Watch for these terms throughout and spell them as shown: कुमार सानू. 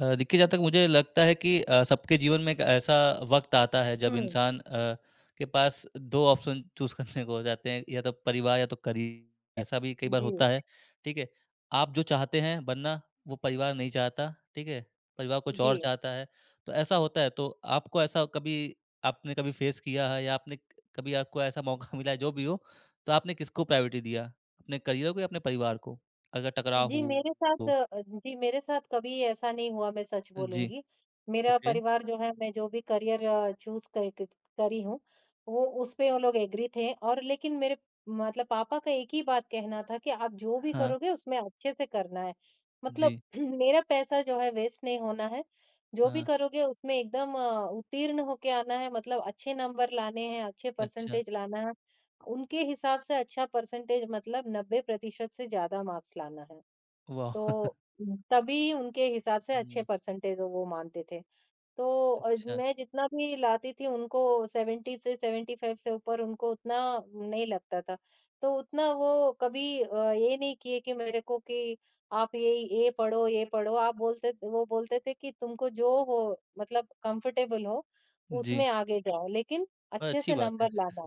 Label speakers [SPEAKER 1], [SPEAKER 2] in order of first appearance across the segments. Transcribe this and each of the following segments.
[SPEAKER 1] देखिए जहाँ तक मुझे लगता है कि सबके जीवन में एक ऐसा वक्त आता है जब
[SPEAKER 2] हुँ।
[SPEAKER 1] इंसान के पास 2 ऑप्शन चूज़ करने को हो जाते हैं, या तो परिवार या तो करियर, ऐसा भी कई बार
[SPEAKER 2] जी,
[SPEAKER 1] होता है, ठीक है? आप जो चाहते हैं बनना वो परिवार नहीं चाहता, ठीक है? परिवार कुछ
[SPEAKER 2] जी।
[SPEAKER 1] और चाहता है, तो ऐसा होता है तो आपको ऐसा कभी आपने कभी फेस किया है या आपने क कभी आपको ऐसा मौका मिला है, जो भी हो, तो आपने किसको प्रायोरिटी दिया? अपने करियर को या अपने परिवार को? अगर टकराव हो तो?
[SPEAKER 2] जी, मेरे साथ कभी ऐसा नहीं हुआ मैं सच
[SPEAKER 1] जी,
[SPEAKER 2] बोलूँगी। मेरा
[SPEAKER 1] ओके,
[SPEAKER 2] परिवार जो है मैं जो भी करियर चूज़ क क करी हूँ, वो उस पे वो लोग एग्री थे और लेकिन मेरे पापा का एक ही बात कहना था कि आप जो भी
[SPEAKER 1] हाँ।
[SPEAKER 2] करोगे उसमें अच्छे से करना है। मतलब
[SPEAKER 1] जी,
[SPEAKER 2] मेरा पैसा जो है वेस्ट नहीं होना है। जो भी
[SPEAKER 1] हाँ,
[SPEAKER 2] करोगे उसमें एकदम उत्तीर्ण होके आना है मतलब अच्छे नंबर लाने हैं, अच्छे
[SPEAKER 1] अच्छा,
[SPEAKER 2] परसेंटेज लाना है। उनके हिसाब से अच्छा परसेंटेज मतलब 90% से ज़्यादा मार्क्स लाना है।
[SPEAKER 1] वाह!
[SPEAKER 2] तो तभी उनके हिसाब से अच्छे
[SPEAKER 1] हुँ,
[SPEAKER 2] परसेंटेज वो मानते थे। तो अ,
[SPEAKER 1] अच्छा,
[SPEAKER 2] मैं जितना भी लाती थी उनको 70 से 75 से ऊपर उनको उतना नहीं लगता था। तो उतना वो कभी ये नहीं किए कि मेरे को कि आप ये पढ़ो, ये पढ़ो। आप बोलते वो बोलते थे कि तुमको जो हो मतलब कंफर्टेबल हो
[SPEAKER 1] जी,
[SPEAKER 2] उसमें आगे जाओ, लेकिन
[SPEAKER 1] और
[SPEAKER 2] अच्छे
[SPEAKER 1] अच्छी
[SPEAKER 2] से
[SPEAKER 1] बात है।
[SPEAKER 2] नंबर लाना।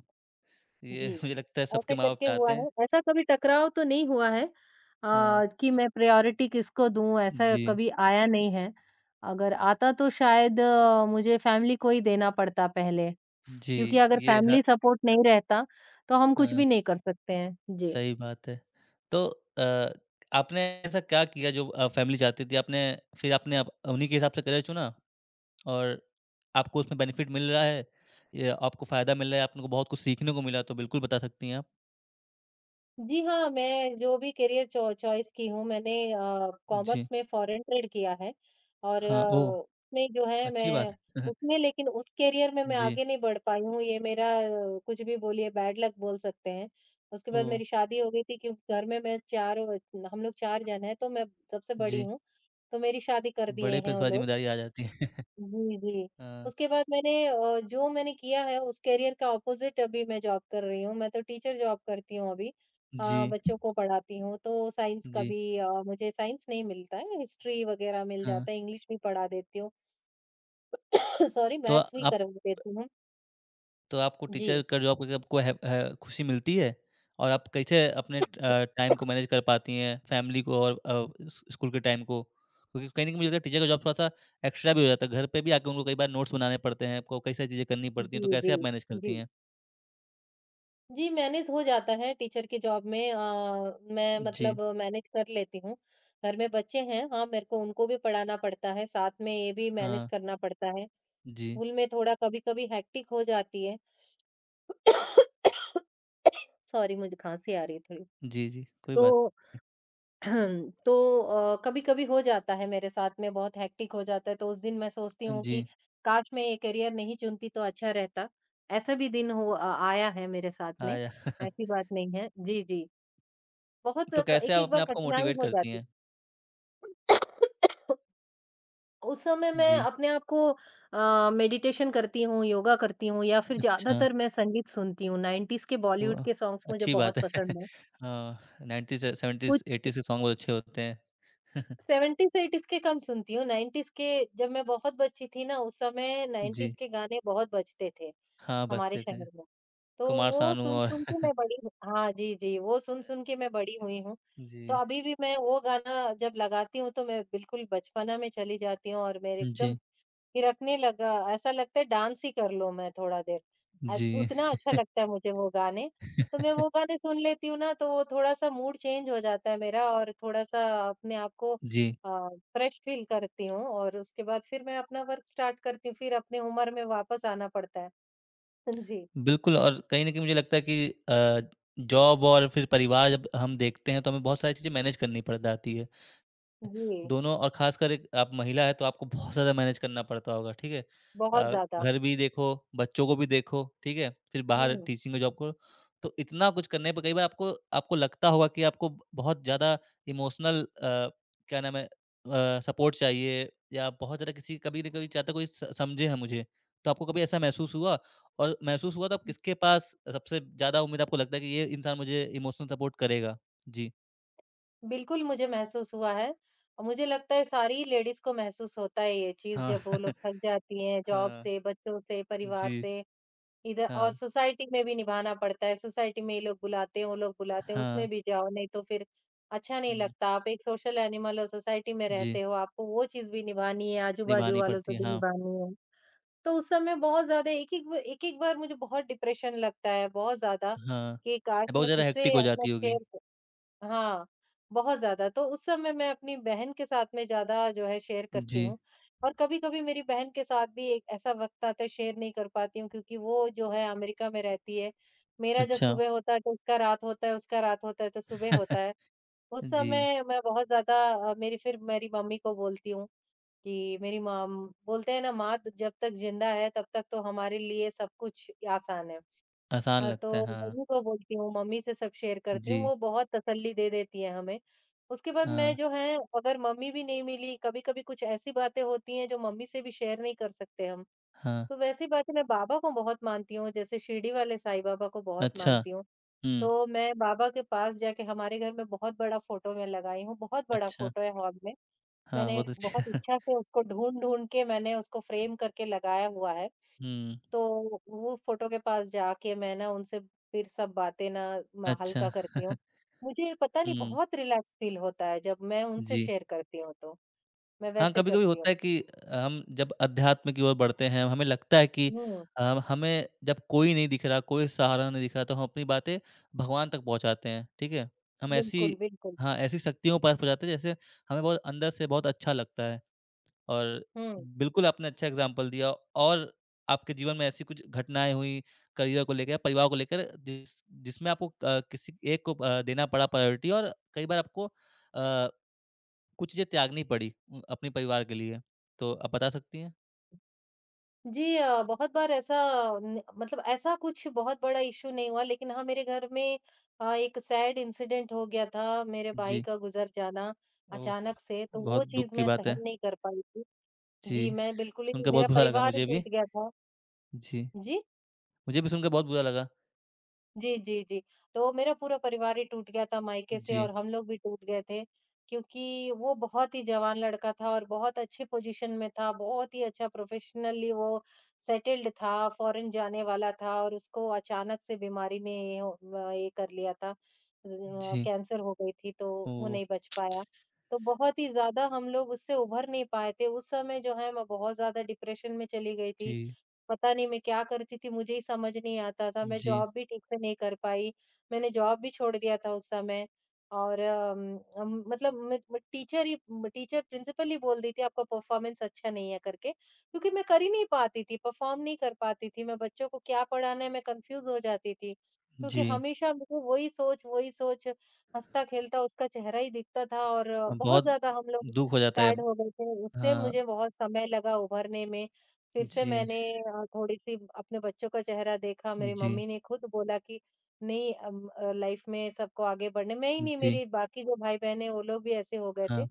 [SPEAKER 1] ये
[SPEAKER 2] जी,
[SPEAKER 1] मुझे लगता है सबके
[SPEAKER 2] ऐसे
[SPEAKER 1] माँ-बाप
[SPEAKER 2] करके
[SPEAKER 1] चाहते
[SPEAKER 2] हुआ
[SPEAKER 1] हैं।
[SPEAKER 2] है। ऐसा कभी टकराव तो नहीं हुआ है
[SPEAKER 1] हाँ,
[SPEAKER 2] कि मैं प्रायोरिटी किसको दूँ ऐसा
[SPEAKER 1] जी,
[SPEAKER 2] कभी आया नहीं है। अगर आता तो शायद मुझे फैमिली को ही देना पड़ता पहले, क्योंकि
[SPEAKER 1] जी,
[SPEAKER 2] अगर
[SPEAKER 1] ये ह
[SPEAKER 2] फैमिली सपोर्ट नहीं रहता, तो हम कुछ
[SPEAKER 1] हाँ,
[SPEAKER 2] भी नहीं कर सकते हैं। जी।
[SPEAKER 1] सही बात है। तो अ, आपने ऐसा क्या किया जो फैमिली चाहती थी? आपने फिर आपने आप उन्हीं के हिसाब से करियर चुना और आपको उसमें बेनिफिट मिल रहा है, या आपको फ़ायदा मिल रहा है, आपने को बहुत कुछ सीखने को मिला, तो बिल्कुल बता सकती हैं आप?
[SPEAKER 2] जी हाँ, मैं जो भी करियर चॉ चॉइस की हूँ मैंने कॉमर्स
[SPEAKER 1] जी,
[SPEAKER 2] में फॉरेन ट्रेड किया है और
[SPEAKER 1] हाँ, ओह!
[SPEAKER 2] उसमें जो है
[SPEAKER 1] अच्छी
[SPEAKER 2] मैं
[SPEAKER 1] बात।
[SPEAKER 2] उसमें लेकिन उस करियर में मैं
[SPEAKER 1] जी,
[SPEAKER 2] आगे नहीं बढ़ पाई हूँ, ये मेरा कुछ भी बोलिए बैड लक बोल सकते हैं। उसके बाद
[SPEAKER 1] ओह!
[SPEAKER 2] मेरी शादी हो गई थी क्योंकि घर में मैं चारों हम लोग 4 जन हैं तो मैं सबसे बड़ी
[SPEAKER 1] जी।
[SPEAKER 2] हूँ, तो मेरी शादी कर दिए
[SPEAKER 1] बड़े पे
[SPEAKER 2] हैं वो
[SPEAKER 1] थोड़ा
[SPEAKER 2] लोग।
[SPEAKER 1] ज़िम्मेदारी आ जाती है।
[SPEAKER 2] जी, जी।
[SPEAKER 1] हाँ,
[SPEAKER 2] उसके बाद मैंने जो मैंने किया है उस करियर का ऑपोज़िट अभी मैं जॉब कर रही हूँ। मैं तो टीचर जॉब करती हूँ अभी।
[SPEAKER 1] जी,
[SPEAKER 2] बच्चों को पढ़ाती हूँ तो साइंस का
[SPEAKER 1] जी,
[SPEAKER 2] भी मुझे साइंस नहीं मिलता है, हिस्ट्री वग़ैरह मिल
[SPEAKER 1] हाँ।
[SPEAKER 2] जाता है, इंग्लिश भी पढ़ा देती हूँ। सॉरी
[SPEAKER 1] तो
[SPEAKER 2] मैथ्स भी
[SPEAKER 1] आप
[SPEAKER 2] करवा देती हूँ।
[SPEAKER 1] तो आपको
[SPEAKER 2] जी।
[SPEAKER 1] टीचर का जॉब करके आपको है खुशी मिलती है? और आप कैसे अपने टाइम को मैनेज कर पाती हैं, फैमिली को और अ, स स्कूल के टाइम को? क्योंकि कहीं न कहीं मुझे लगता है टीचर का जॉब थोड़ा-सा एक्स्ट्रा भी हो जाता है, घर पे भी आके उनको कई बार नोट्स बनाने पड़ते हैं, आपको कई सारी चीज़ें करनी पड़ती
[SPEAKER 2] जी,
[SPEAKER 1] हैं, तो कैसे
[SPEAKER 2] जी।
[SPEAKER 1] आप मैनेज
[SPEAKER 2] जी।
[SPEAKER 1] करती हैं?
[SPEAKER 2] जी, मैनेज हो जाता है टीचर की जॉब में, अ, मैं
[SPEAKER 1] जी,
[SPEAKER 2] मतलब मैनेज कर लेती हूँ। घर में बच्चे हैं, हाँ, मेरे को उनको भी पढ़ाना पड़ता है, साथ में ये भी मैनेज
[SPEAKER 1] हाँ,
[SPEAKER 2] करना पड़ता है।
[SPEAKER 1] जी,
[SPEAKER 2] स्कूल में थोड़ा कभी-कभी हेक्टिक हो जाती है। सॉरी, मुझे खाँसी आ रही है थोड़ी।
[SPEAKER 1] जी, जी, कोई बात
[SPEAKER 2] तो तो कभी-कभी हो जाता है मेरे साथ में, बहुत हेक्टिक हो जाता है, तो उस दिन मैं सोचती
[SPEAKER 1] नहीं।
[SPEAKER 2] हूँ कि
[SPEAKER 1] जी,
[SPEAKER 2] काश मैं ये करियर नहीं चुनती तो अच्छा रहता। ऐसा भी दिन आया है मेरे साथ में,
[SPEAKER 1] आया।
[SPEAKER 2] ऐसी बात नहीं है। जी, जी। बहुत
[SPEAKER 1] तो
[SPEAKER 2] क
[SPEAKER 1] कैसे आप
[SPEAKER 2] एक-एक
[SPEAKER 1] अपने
[SPEAKER 2] बार
[SPEAKER 1] आप को
[SPEAKER 2] कठिनाई
[SPEAKER 1] मोटिवेट
[SPEAKER 2] हो
[SPEAKER 1] करती
[SPEAKER 2] जाती
[SPEAKER 1] हैं?
[SPEAKER 2] है। उस समय मैं
[SPEAKER 1] जी,
[SPEAKER 2] अपने आप को मेडिटेशन करती हूँ, योगा करती हूँ या फिर
[SPEAKER 1] अच्छा।
[SPEAKER 2] ज़्यादातर मैं संगीत सुनती हूँ। 90s के बॉलीवुड
[SPEAKER 1] वाह!
[SPEAKER 2] के सॉन्ग्स मुझे
[SPEAKER 1] अच्छी बात
[SPEAKER 2] बहुत
[SPEAKER 1] है।
[SPEAKER 2] पसंद हैं।
[SPEAKER 1] हाँ, 90s से
[SPEAKER 2] कुछ
[SPEAKER 1] 70s, 80s के सॉन्ग बहुत अच्छे होते हैं।
[SPEAKER 2] 70s-80s के कम सुनती हूँ। 90s के जब मैं बहुत बच्ची थी ना, उस समय
[SPEAKER 1] जी।
[SPEAKER 2] 90s के गाने बहुत बजते थे
[SPEAKER 1] हाँ,
[SPEAKER 2] हमारे
[SPEAKER 1] बजते थे।
[SPEAKER 2] शहर में। तो
[SPEAKER 1] कुमार
[SPEAKER 2] वो
[SPEAKER 1] सानू और
[SPEAKER 2] सुन-सुन के मैं बड़ी हूँ, हाँ, जी, जी, वो सुन-सुन के मैं बड़ी हुई हूँ। तो
[SPEAKER 1] जी,
[SPEAKER 2] अभी भी मैं वो गाना जब लगाती हूँ, तो मैं बिल्कुल बचपना में चली जाती हूँ और मेरे एकदम
[SPEAKER 1] जी,
[SPEAKER 2] थिरकने लगा ऐसा लगता है डांस ही कर लूँ मैं थोड़ा देर।
[SPEAKER 1] जी।
[SPEAKER 2] उतना अच्छा लगता है मुझे वो गाने। तो मैं वो गाने सुन लेती हूँ ना, तो वो थोड़ा-सा मूड चेंज हो जाता है मेरा और थोड़ा-सा अपने आप को
[SPEAKER 1] जी,
[SPEAKER 2] अ, फ्रेश फ़ील करती हूँ और उसके बाद फिर मैं अपना वर्क स्टार्ट करती हूँ, फिर अपने उम्र में वापस आना पड़ता है। जी।
[SPEAKER 1] बिल्कुल और कहीं न कहीं मुझे लगता है कि जॉब और फिर परिवार जब हम देखते हैं, तो हमें बहुत सारी चीज़ें मैनेज करनी पड़ जाती है।
[SPEAKER 2] जी,
[SPEAKER 1] दोनों और ख़ासकर एक आप महिला हैं तो आपको बहुत ज़्यादा मैनेज करना पड़ता होगा, ठीक है?
[SPEAKER 2] बहुत ज़्यादा।
[SPEAKER 1] घर भी देखो, बच्चों को भी देखो, ठीक है? फिर बाहर
[SPEAKER 2] हुँ,
[SPEAKER 1] टीचिंग का जॉब करो। तो इतना कुछ करने पे कई बार आपको आपको लगता होगा कि आपको ब बहुत ज़्यादा इमोशनल क्या नाम है, सपोर्ट चाहिए, या बहुत ज़्यादा किसी कभी न कभी चाहता कोई स समझे है मुझे। तो आपको कभी ऐसा महसूस हुआ? और महसूस हुआ तो आप किसके पास सबसे ज़्यादा उम्मीद, आपको लगता है कि ये इंसान मुझे इमोशनल सपोर्ट करेगा? जी।
[SPEAKER 2] बिल्कुल मुझे महसूस हुआ है और मुझे लगता है सारी लेडीज़ को महसूस होता है ये चीज़
[SPEAKER 1] हाँ।
[SPEAKER 2] जब वो लोग थक जाती हैं जॉब
[SPEAKER 1] हाँ।
[SPEAKER 2] से, बच्चों से, परिवार
[SPEAKER 1] जी।
[SPEAKER 2] से, इधर और
[SPEAKER 1] हाँ।
[SPEAKER 2] सोसाइटी में भी निभाना पड़ता है, सोसाइटी में ये लोग बुलाते हैं, वो लोग बुलाते हैं, उसमें
[SPEAKER 1] हाँ।
[SPEAKER 2] भी जाओ, नहीं तो फिर अच्छा नहीं
[SPEAKER 1] हुँ, हुँ।
[SPEAKER 2] लगता। आप एक सोशल एनिमल हो, सोसाइटी में
[SPEAKER 1] जी,
[SPEAKER 2] रहते हो, आपको वो चीज़ भी निभानी है, आजू-बाजू
[SPEAKER 1] निभानी
[SPEAKER 2] वालों
[SPEAKER 1] पड़ती
[SPEAKER 2] से
[SPEAKER 1] है,
[SPEAKER 2] भी
[SPEAKER 1] हाँ।
[SPEAKER 2] निभानी है। तो उस समय बहुत ज़्यादा एक-एक बार मुझे बहुत डिप्रेशन लगता है, बहुत ज़्यादा
[SPEAKER 1] हाँ,
[SPEAKER 2] कि काश
[SPEAKER 1] बहुत
[SPEAKER 2] मैं
[SPEAKER 1] ज़्यादा
[SPEAKER 2] किससे
[SPEAKER 1] हेक्टिक हो
[SPEAKER 2] अपना
[SPEAKER 1] जाती होगी।
[SPEAKER 2] शेयर क हाँ, बहुत ज़्यादा। तो उस समय मैं अपनी बहन के साथ में ज़्यादा जो है शेयर करती
[SPEAKER 1] जी,
[SPEAKER 2] हूँ और कभी-कभी मेरी बहन के साथ भी एक ऐसा वक़्त आता है शेयर नहीं कर पाती हूँ क्योंकि वो जो है अमेरिका में रहती है। मेरा जब
[SPEAKER 1] अच्छा।
[SPEAKER 2] सुबह होता है तो उसका रात होता है, उसका रात होता है तो सुबह होता है। उस
[SPEAKER 1] जी,
[SPEAKER 2] समय मैं बहुत ज़्यादा अ, मेरी फिर मेरी मम्मी को बोलती हूँ कि मेरी मॉम, बोलते हैं ना माँ तो जब तक जिंदा है तब तक तो हमारे लिए सब कुछ आसान है।
[SPEAKER 1] आसान लगता है,
[SPEAKER 2] तो
[SPEAKER 1] हाँ।
[SPEAKER 2] मम्मी को बोलती हूँ, मम्मी से सब शेयर करती हूँ,
[SPEAKER 1] जी,
[SPEAKER 2] वो बहुत तसल्ली दे देती हैं हमें। उसके बाद मैं
[SPEAKER 1] हाँ,
[SPEAKER 2] जो है अगर मम्मी भी नहीं मिली, कभी-कभी कुछ ऐसी बातें होती हैं जो मम्मी से भी शेयर नहीं कर सकते हम।
[SPEAKER 1] हाँ।
[SPEAKER 2] तो वैसी बातें मैं बाबा को बहुत मानती हूँ, जैसे शिरडी वाले साईं बाबा को बहुत
[SPEAKER 1] अच्छा,
[SPEAKER 2] मानती हूँ।
[SPEAKER 1] हुँ,
[SPEAKER 2] तो मैं बाबा के पास जाके, हमारे घर में बहुत बड़ा फ़ोटो मैं लगाई हूँ, बहुत बड़ा
[SPEAKER 1] अच्छा।
[SPEAKER 2] फ़ोटो है हॉल में।
[SPEAKER 1] हाँ,
[SPEAKER 2] मैंने
[SPEAKER 1] बहुत
[SPEAKER 2] बहुत
[SPEAKER 1] अच्छा
[SPEAKER 2] इच्छा से उसको ढूँढ-ढूँढ के मैंने उसको फ्रेम करके लगाया हुआ है।
[SPEAKER 1] हुँ,
[SPEAKER 2] तो वो फ़ोटो के पास जाके मैं ना उनसे फिर सब बातें ना म
[SPEAKER 1] अच्छा।
[SPEAKER 2] हल्का करती हूँ। मुझे पता नहीं
[SPEAKER 1] हुँ,
[SPEAKER 2] बहुत रिलैक्स फ़ील होता है जब मैं उनसे
[SPEAKER 1] जी।
[SPEAKER 2] शेयर करती हूँ तो, मैं
[SPEAKER 1] हाँ,
[SPEAKER 2] वैसे
[SPEAKER 1] कभी-कभी
[SPEAKER 2] करती हूँ।
[SPEAKER 1] होता है कि हम जब अध्यात्म की ओर बढ़ते हैं, हमें लगता है कि
[SPEAKER 2] हुँ,
[SPEAKER 1] अ, हमें जब कोई नहीं दिख रहा, कोई सहारा नहीं दिख रहा, तो हम अपनी बातें भगवान तक पहुँचाते हैं, ठीक है? हम ऐसी
[SPEAKER 2] बिल्कुल, बिल्कुल।
[SPEAKER 1] हाँ, ऐसी शक्तियों के पास पहुँचाते हैं, जैसे हमें बहुत अंदर से बहुत अच्छा लगता है। और
[SPEAKER 2] हुँ।
[SPEAKER 1] बिल्कुल आपने अच्छा एग्ज़ाम्पल दिया और आपके जीवन में ऐसी कुछ घटनाएँ हुई, करियर को लेकर या परिवार को लेकर, जिसमें आपको किसी एक को देना पड़ा प्रायोरिटी, और कई बार आपको अ कुछ चीज़ें त्यागनी पड़ी अपने परिवार के लिए। तो आप बता सकती हैं?
[SPEAKER 2] जी बहुत बार ऐसा न मतलब ऐसा कुछ बहुत बड़ा इश्यू नहीं हुआ लेकिन हाँ, मेरे घर में एक सैड इंसिडेंट हो गया था, मेरे भाई
[SPEAKER 1] जी।
[SPEAKER 2] का गुज़र जाना
[SPEAKER 1] ओह!
[SPEAKER 2] अचानक से, तो
[SPEAKER 1] बहुत
[SPEAKER 2] वो
[SPEAKER 1] दुःख
[SPEAKER 2] चीज़
[SPEAKER 1] की
[SPEAKER 2] मैं
[SPEAKER 1] बात है।
[SPEAKER 2] सहन नहीं कर पाई थी।
[SPEAKER 1] जी,
[SPEAKER 2] जी, मैं बिल्कुल ही
[SPEAKER 1] सुनकर
[SPEAKER 2] मेरा
[SPEAKER 1] बहुत बुरा लगा
[SPEAKER 2] परिवार ही
[SPEAKER 1] मुझे भी।
[SPEAKER 2] टूट गया था।
[SPEAKER 1] जी,
[SPEAKER 2] जी?
[SPEAKER 1] मुझे भी सुनकर बहुत बुरा लगा।
[SPEAKER 2] जी, जी, जी। तो मेरा पूरा परिवार ही टूट गया था मायके से
[SPEAKER 1] जी,
[SPEAKER 2] और हम लोग भी टूट गए थे, क्योंकि वो बहुत ही जवान लड़का था और बहुत अच्छे पोज़ीशन में था, बहुत ही अच्छा प्रोफ़ेशनली वो सेटल्ड था, फ़ॉरेन जाने वाला था और उसको अचानक से बीमारी ने ये कर लिया था,
[SPEAKER 1] जी।
[SPEAKER 2] कैंसर हो गई थी तो वो
[SPEAKER 1] ओह!
[SPEAKER 2] नहीं बच पाया। तो बहुत ही ज़्यादा हम लोग उससे उभर नहीं पाए थे, उस समय जो है मैं बहुत ज़्यादा डिप्रेशन में चली गई थी।
[SPEAKER 1] जी,
[SPEAKER 2] पता नहीं मैं क्या करती थी, मुझे ही समझ नहीं आता था। मैं
[SPEAKER 1] जी,
[SPEAKER 2] जॉब भी ठीक से नहीं कर पाई। मैंने जॉब भी छोड़ दिया था उस समय और अम, अम, मतलब मैं टीचर ही टीचर प्रिंसिपल ही बोल दी थी, "आपका परफॉर्मेंस अच्छा नहीं है" करके। क्योंकि मैं कर ही नहीं पाती थी, परफॉर्म नहीं कर पाती थी। मैं बच्चों को क्या पढ़ाना है, मैं कन्फ्यूज़ हो जाती थी। क्योंकि
[SPEAKER 1] जी।
[SPEAKER 2] हमेशा मुझे वही सोच, हँसता-खेलता उसका चेहरा ही दिखता था और
[SPEAKER 1] अ,
[SPEAKER 2] बहुत
[SPEAKER 1] बहुत
[SPEAKER 2] ज़्यादा हम लोग
[SPEAKER 1] दुःख हो जाता है।
[SPEAKER 2] सैड हो गए थे। उससे
[SPEAKER 1] हाँ,
[SPEAKER 2] मुझे बहुत समय लगा उभरने में। फिर से
[SPEAKER 1] जी,
[SPEAKER 2] मैंने थोड़ी-सी अपने बच्चों का चेहरा देखा, मेरी
[SPEAKER 1] जी,
[SPEAKER 2] मम्मी ने खुद बोला कि नहीं लाइफ में सबको आगे बढ़ने मैं ही नहीं
[SPEAKER 1] जी।
[SPEAKER 2] मेरे बाकी जो भाई-बहन हैं वो लोग भी ऐसे हो गए
[SPEAKER 1] हाँ,
[SPEAKER 2] थे।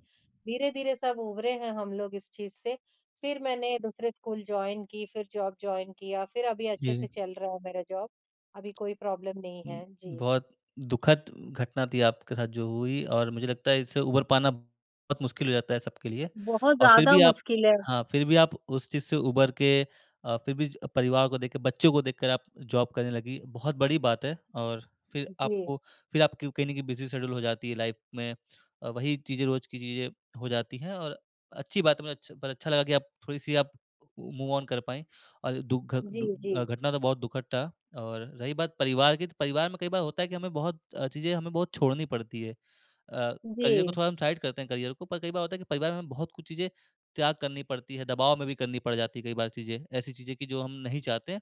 [SPEAKER 2] धीरे-धीरे सब उभरे हैं हम लोग इस चीज़ से। फिर मैंने दूसरे स्कूल जॉइन की, फिर जॉब जॉइन किया, फिर अभी अच्छे
[SPEAKER 1] जी।
[SPEAKER 2] से चल रहा है मेरा जॉब। अभी कोई प्रॉब्लम नहीं
[SPEAKER 1] उम,
[SPEAKER 2] है। जी।
[SPEAKER 1] बहुत दुखद घटना थी आपके साथ जो हुई और मुझे लगता है इससे उभर पाना बहुत मुश्किल हो जाता है सबके लिए,
[SPEAKER 2] बहुत
[SPEAKER 1] और फिर
[SPEAKER 2] ज़्यादा
[SPEAKER 1] भी आप
[SPEAKER 2] मुश्किल है।
[SPEAKER 1] हाँ, फिर भी आप उस चीज़ से उभर के फिर भी ज परिवार को देख के, बच्चों को देखकर आप जॉब करने लगी, बहुत बड़ी बात है और फिर
[SPEAKER 2] जी।
[SPEAKER 1] आपको फिर आपकी कहीं न कहीं बिज़ी शेड्यूल हो जाती है लाइफ में, वही चीज़ें रोज़ की चीज़ें हो जाती हैं और अच्छी बात है, मुझे अच्छा पर अच्छा लगा कि आप थोड़ी-सी आप मूव ऑन कर पाईं, और दु घ दु
[SPEAKER 2] जी, जी।
[SPEAKER 1] अ, घटना तो बहुत दुखद था। और रही बात परिवार की, तो परिवार में कई बार होता है कि हमें बहुत चीज़ें हमें बहुत छोड़नी पड़ती है। अ, करियर को
[SPEAKER 2] जी।
[SPEAKER 1] थोड़ा हम साइड करते हैं करियर को, पर कई बार होता है कि परिवार में हमें बहुत कुछ चीज़ें त्याग करनी पड़ती है, दबाव में भी करनी पड़ जाती है कई बार चीज़ें। ऐसी चीज़ें कि जो हम नहीं चाहते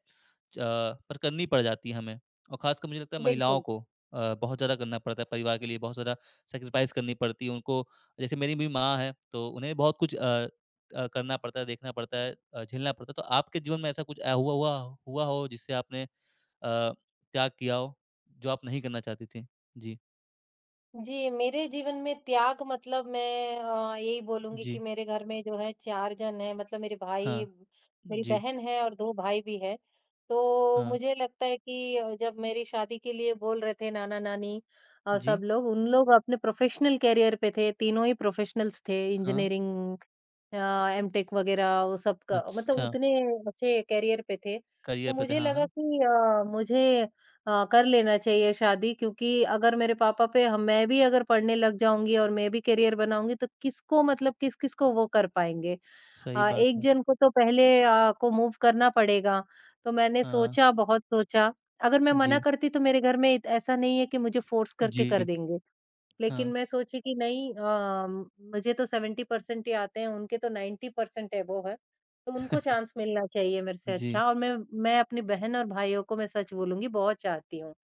[SPEAKER 1] अ, पर करनी पड़ जाती है हमें। और ख़ासकर मुझे लगता है महिलाओं
[SPEAKER 2] बिल्कुल।
[SPEAKER 1] को बहुत ज़्यादा करना पड़ता है परिवार के लिए, बहुत ज़्यादा सैक्रिफ़ाइस करनी पड़ती है उनको। जैसे मेरी भी माँ है, तो उन्हें बहुत कुछ करना पड़ता है, देखना पड़ता है, झेलना पड़ता है। तो आपके जीवन में ऐसा कुछ हुआ हुआ हुआ हो जिससे आपने अ, त्याग किया हो, जो आप नहीं करना चाहती थीं? जी,
[SPEAKER 2] जी, मेरे जीवन में त्याग मतलब मैं यही बोलूँगी कि
[SPEAKER 1] जी,
[SPEAKER 2] मेरे घर में जो है 4 जन हैं मतलब मेरे भाई,
[SPEAKER 1] हाँ,
[SPEAKER 2] मेरी
[SPEAKER 1] जी,
[SPEAKER 2] बहन है और 2 भाई भी हैं। तो
[SPEAKER 1] हाँ,
[SPEAKER 2] मुझे लगता है कि जब मेरी शादी के लिए बोल रहे थे नाना-नानी
[SPEAKER 1] जी,
[SPEAKER 2] सब लोग, उन लोग अपने प्रोफ़ेशनल करियर पे थे, तीनों ही प्रोफ़ेशनल्स थे
[SPEAKER 1] हाँ,
[SPEAKER 2] इंजीनियरिंग एमटेक वगैरह वो सब का मतलब
[SPEAKER 1] अच्छा,
[SPEAKER 2] उतने अच्छे करियर पे थे। तो
[SPEAKER 1] करियर पे थे,
[SPEAKER 2] मुझे
[SPEAKER 1] हाँ,
[SPEAKER 2] लगा
[SPEAKER 1] हाँ,
[SPEAKER 2] कि मुझे कर लेना चाहिए शादी क्योंकि अगर मेरे पापा पे हम मैं भी अगर पढ़ने लग जाऊँगी और मैं भी करियर बनाऊँगी तो किसको मतलब किस-किस को वो कर पाएँगे।
[SPEAKER 1] सही बात
[SPEAKER 2] एक
[SPEAKER 1] है।
[SPEAKER 2] जन को तो पहले अ, को मूव करना पड़ेगा। तो मैंने
[SPEAKER 1] हाँ,
[SPEAKER 2] सोचा बहुत सोचा। अगर मैं मना
[SPEAKER 1] जी,
[SPEAKER 2] करती तो मेरे घर में इत ऐसा नहीं है कि मुझे फ़ोर्स करके कर
[SPEAKER 1] जी,
[SPEAKER 2] देंगे। लेकिन
[SPEAKER 1] हाँ,
[SPEAKER 2] मैं सोची कि नहीं, मुझे तो 70% ही आते हैं, उनके तो 90% अबोव है, वो है, तो उनको चांस मिलना चाहिए मेरे से
[SPEAKER 1] जी,
[SPEAKER 2] अच्छा और मैं अपनी बहन और भाइयों को मैं सच बोलूँगी बहुत चाहती हूँ।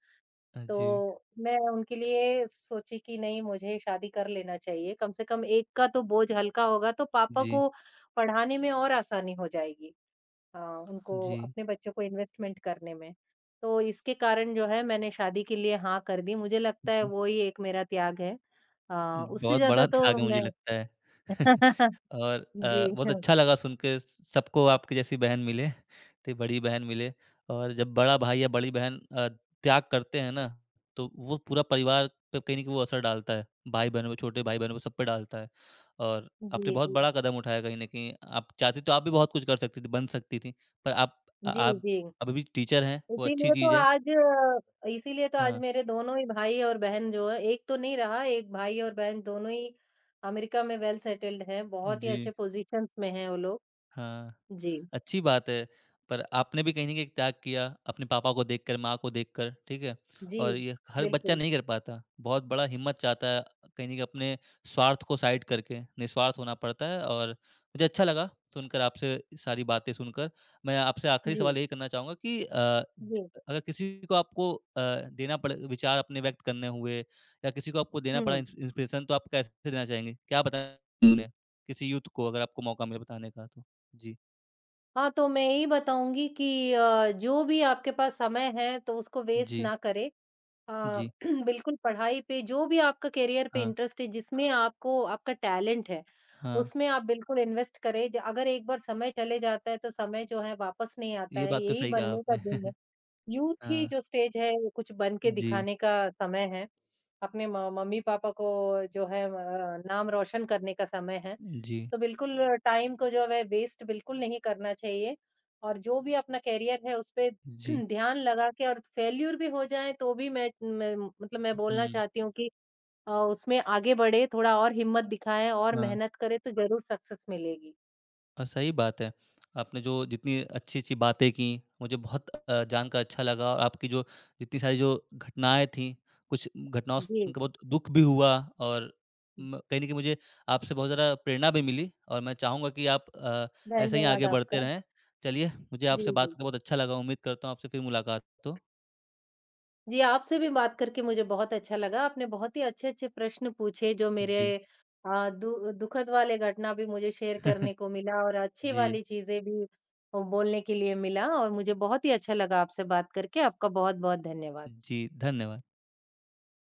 [SPEAKER 1] अ, जी,
[SPEAKER 2] तो मैं उनके लिए सोची कि नहीं मुझे शादी कर लेना चाहिए, कम से कम एक का तो बोझ हल्का होगा तो पापा
[SPEAKER 1] जी,
[SPEAKER 2] को पढ़ाने में और आसानी हो जाएगी। अ, उनको
[SPEAKER 1] जी,
[SPEAKER 2] अपने बच्चों को इन्वेस्टमेंट करने में। तो इसके कारण जो है मैंने शादी के लिए हाँ कर दी। मुझे लगता है
[SPEAKER 1] जी।
[SPEAKER 2] वो ही एक मेरा त्याग है। अ, उससे
[SPEAKER 1] बहुत बड़ा
[SPEAKER 2] ज़्यादा
[SPEAKER 1] त्याग
[SPEAKER 2] तो
[SPEAKER 1] है मुझे
[SPEAKER 2] मैं
[SPEAKER 1] लगता है। और
[SPEAKER 2] जी,
[SPEAKER 1] बहुत
[SPEAKER 2] हाँ।
[SPEAKER 1] अच्छा लगा सुन के स सबको आपकी जैसी बहन मिले, इतनी बड़ी बहन मिले और जब बड़ा भाई या बड़ी बहन त्याग करते हैं ना, तो वो पूरा परिवार पे कहीं न कहीं वो असर डालता है। भाई-बहनों पे, छोटे भाई-बहनों पे सब पे डालता है। और आपने
[SPEAKER 2] जी,
[SPEAKER 1] बहुत
[SPEAKER 2] जी।
[SPEAKER 1] बड़ा कदम उठाया कहीं न कहीं। आप चाहती तो आप भी बहुत कुछ कर सकती थी, बन सकती थी। पर
[SPEAKER 2] जी,
[SPEAKER 1] आप
[SPEAKER 2] जी।
[SPEAKER 1] अभी भी टीचर हैं, वो अच्छी
[SPEAKER 2] इसीलिए तो
[SPEAKER 1] चीज़ है।
[SPEAKER 2] आज इसीलिए तो आज
[SPEAKER 1] हाँ।
[SPEAKER 2] मेरे दोनों ही भाई और बहन जो है, एक तो नहीं रहा, एक भाई और बहन दोनों ही अमेरिका में वेल सेटल्ड हैं, बहुत ही अच्छे
[SPEAKER 1] जी,
[SPEAKER 2] पोज़ीशंस में हैं वो लोग।
[SPEAKER 1] हाँ।
[SPEAKER 2] जी।
[SPEAKER 1] अच्छी बात है, पर आपने भी कहीं न कहीं एक त्याग किया, अपने पापा को देखकर, माँ को देखकर, ठीक है?
[SPEAKER 2] जी,
[SPEAKER 1] और ये हर बच्चा
[SPEAKER 2] बिल्कुल।
[SPEAKER 1] नहीं कर पाता, बहुत बड़ा हिम्मत चाहता है कहीं न कहीं अपने स्वार्थ को साइड करके, निस्वार्थ होना पड़ता है और मुझे अच्छा लगा सुनकर आपसे सारी बातें सुनकर। मैं आपसे आखिरी
[SPEAKER 2] जी,
[SPEAKER 1] सवाल यही करना चाहूँगा कि अ, ज
[SPEAKER 2] जी।
[SPEAKER 1] अगर किसी को आपको देना पड़े विचार अपने व्यक्त करने हुए या किसी को आपको देना पड़ा
[SPEAKER 2] हुँ।
[SPEAKER 1] इंस्पिरेशन, तो आप कैसे देना चाहेंगे? क्या बताएँगे हुँ। उन्हें? किसी यूथ को अगर आपको मौका मिले बताने का तो? जी।
[SPEAKER 2] हाँ, तो मैं यही बताऊँगी कि जो भी आपके पास समय है तो उसको वेस्ट
[SPEAKER 1] जी।
[SPEAKER 2] ना करें। अ,
[SPEAKER 1] जी,
[SPEAKER 2] बिल्कुल पढ़ाई पे, जो भी आपका करियर पे
[SPEAKER 1] हाँ,
[SPEAKER 2] इंटरेस्ट है जिसमें आपको आपका टैलेंट है,
[SPEAKER 1] हाँ।
[SPEAKER 2] उसमें आप बिल्कुल इन्वेस्ट करें। ज अगर एक बार समय चले जाता है तो समय जो है वापस नहीं आता
[SPEAKER 1] ये
[SPEAKER 2] है,
[SPEAKER 1] बात तो
[SPEAKER 2] यही
[SPEAKER 1] सही कहा
[SPEAKER 2] बनने का
[SPEAKER 1] आपने।
[SPEAKER 2] दिन है। यूथ ही
[SPEAKER 1] हाँ,
[SPEAKER 2] जो स्टेज है वो कुछ बन के
[SPEAKER 1] जी,
[SPEAKER 2] दिखाने का समय है। अपने म मम्मी पापा को जो है नाम रोशन करने का समय है।
[SPEAKER 1] जी,
[SPEAKER 2] तो बिल्कुल टाइम को जो है वेस्ट बिल्कुल नहीं करना चाहिए और जो भी अपना करियर है उस पे
[SPEAKER 1] जी।
[SPEAKER 2] ध्यान लगा के और फेल्यूर भी हो जाए तो भी मैं बोलना
[SPEAKER 1] हुँ,
[SPEAKER 2] चाहती हूँ कि उसमें आगे बढ़े, थोड़ा और हिम्मत दिखाएँ और
[SPEAKER 1] हाँ
[SPEAKER 2] मेहनत करें तो ज़रूर सक्सेस मिलेगी।
[SPEAKER 1] और सही बात है। आपने जो जितनी अच्छी-अच्छी बातें की, मुझे बहुत जानकर अच्छा लगा और आपकी जो जितनी सारी जो घटनाएँ थी, कुछ घटनाओं से
[SPEAKER 2] जी,
[SPEAKER 1] सुनकर बहुत दुःख भी हुआ और म कहीं न कहीं मुझे आपसे बहुत ज़्यादा प्रेरणा भी मिली और मैं चाहूँगा कि आप ऐसे ही आगे
[SPEAKER 2] धन्यवाद
[SPEAKER 1] बढ़ते
[SPEAKER 2] आपका।
[SPEAKER 1] रहें। चलिए, मुझे
[SPEAKER 2] जी,
[SPEAKER 1] आपसे बात
[SPEAKER 2] जी।
[SPEAKER 1] करके बहुत अच्छा लगा। उम्मीद करता हूँ आपसे फिर मुलाकात हो।
[SPEAKER 2] जी, आपसे भी बात करके मुझे बहुत अच्छा लगा। आपने बहुत ही अच्छे-अच्छे प्रश्न पूछे जो मेरे
[SPEAKER 1] जी,
[SPEAKER 2] अ, दु दुखद वाले घटना भी मुझे शेयर करने को मिला और अच्छी
[SPEAKER 1] जी।
[SPEAKER 2] वाली चीज़ें भी बोलने के लिए मिला और मुझे बहुत ही अच्छा लगा आपसे बात करके। आपका बहुत-बहुत धन्यवाद।
[SPEAKER 1] जी, धन्यवाद।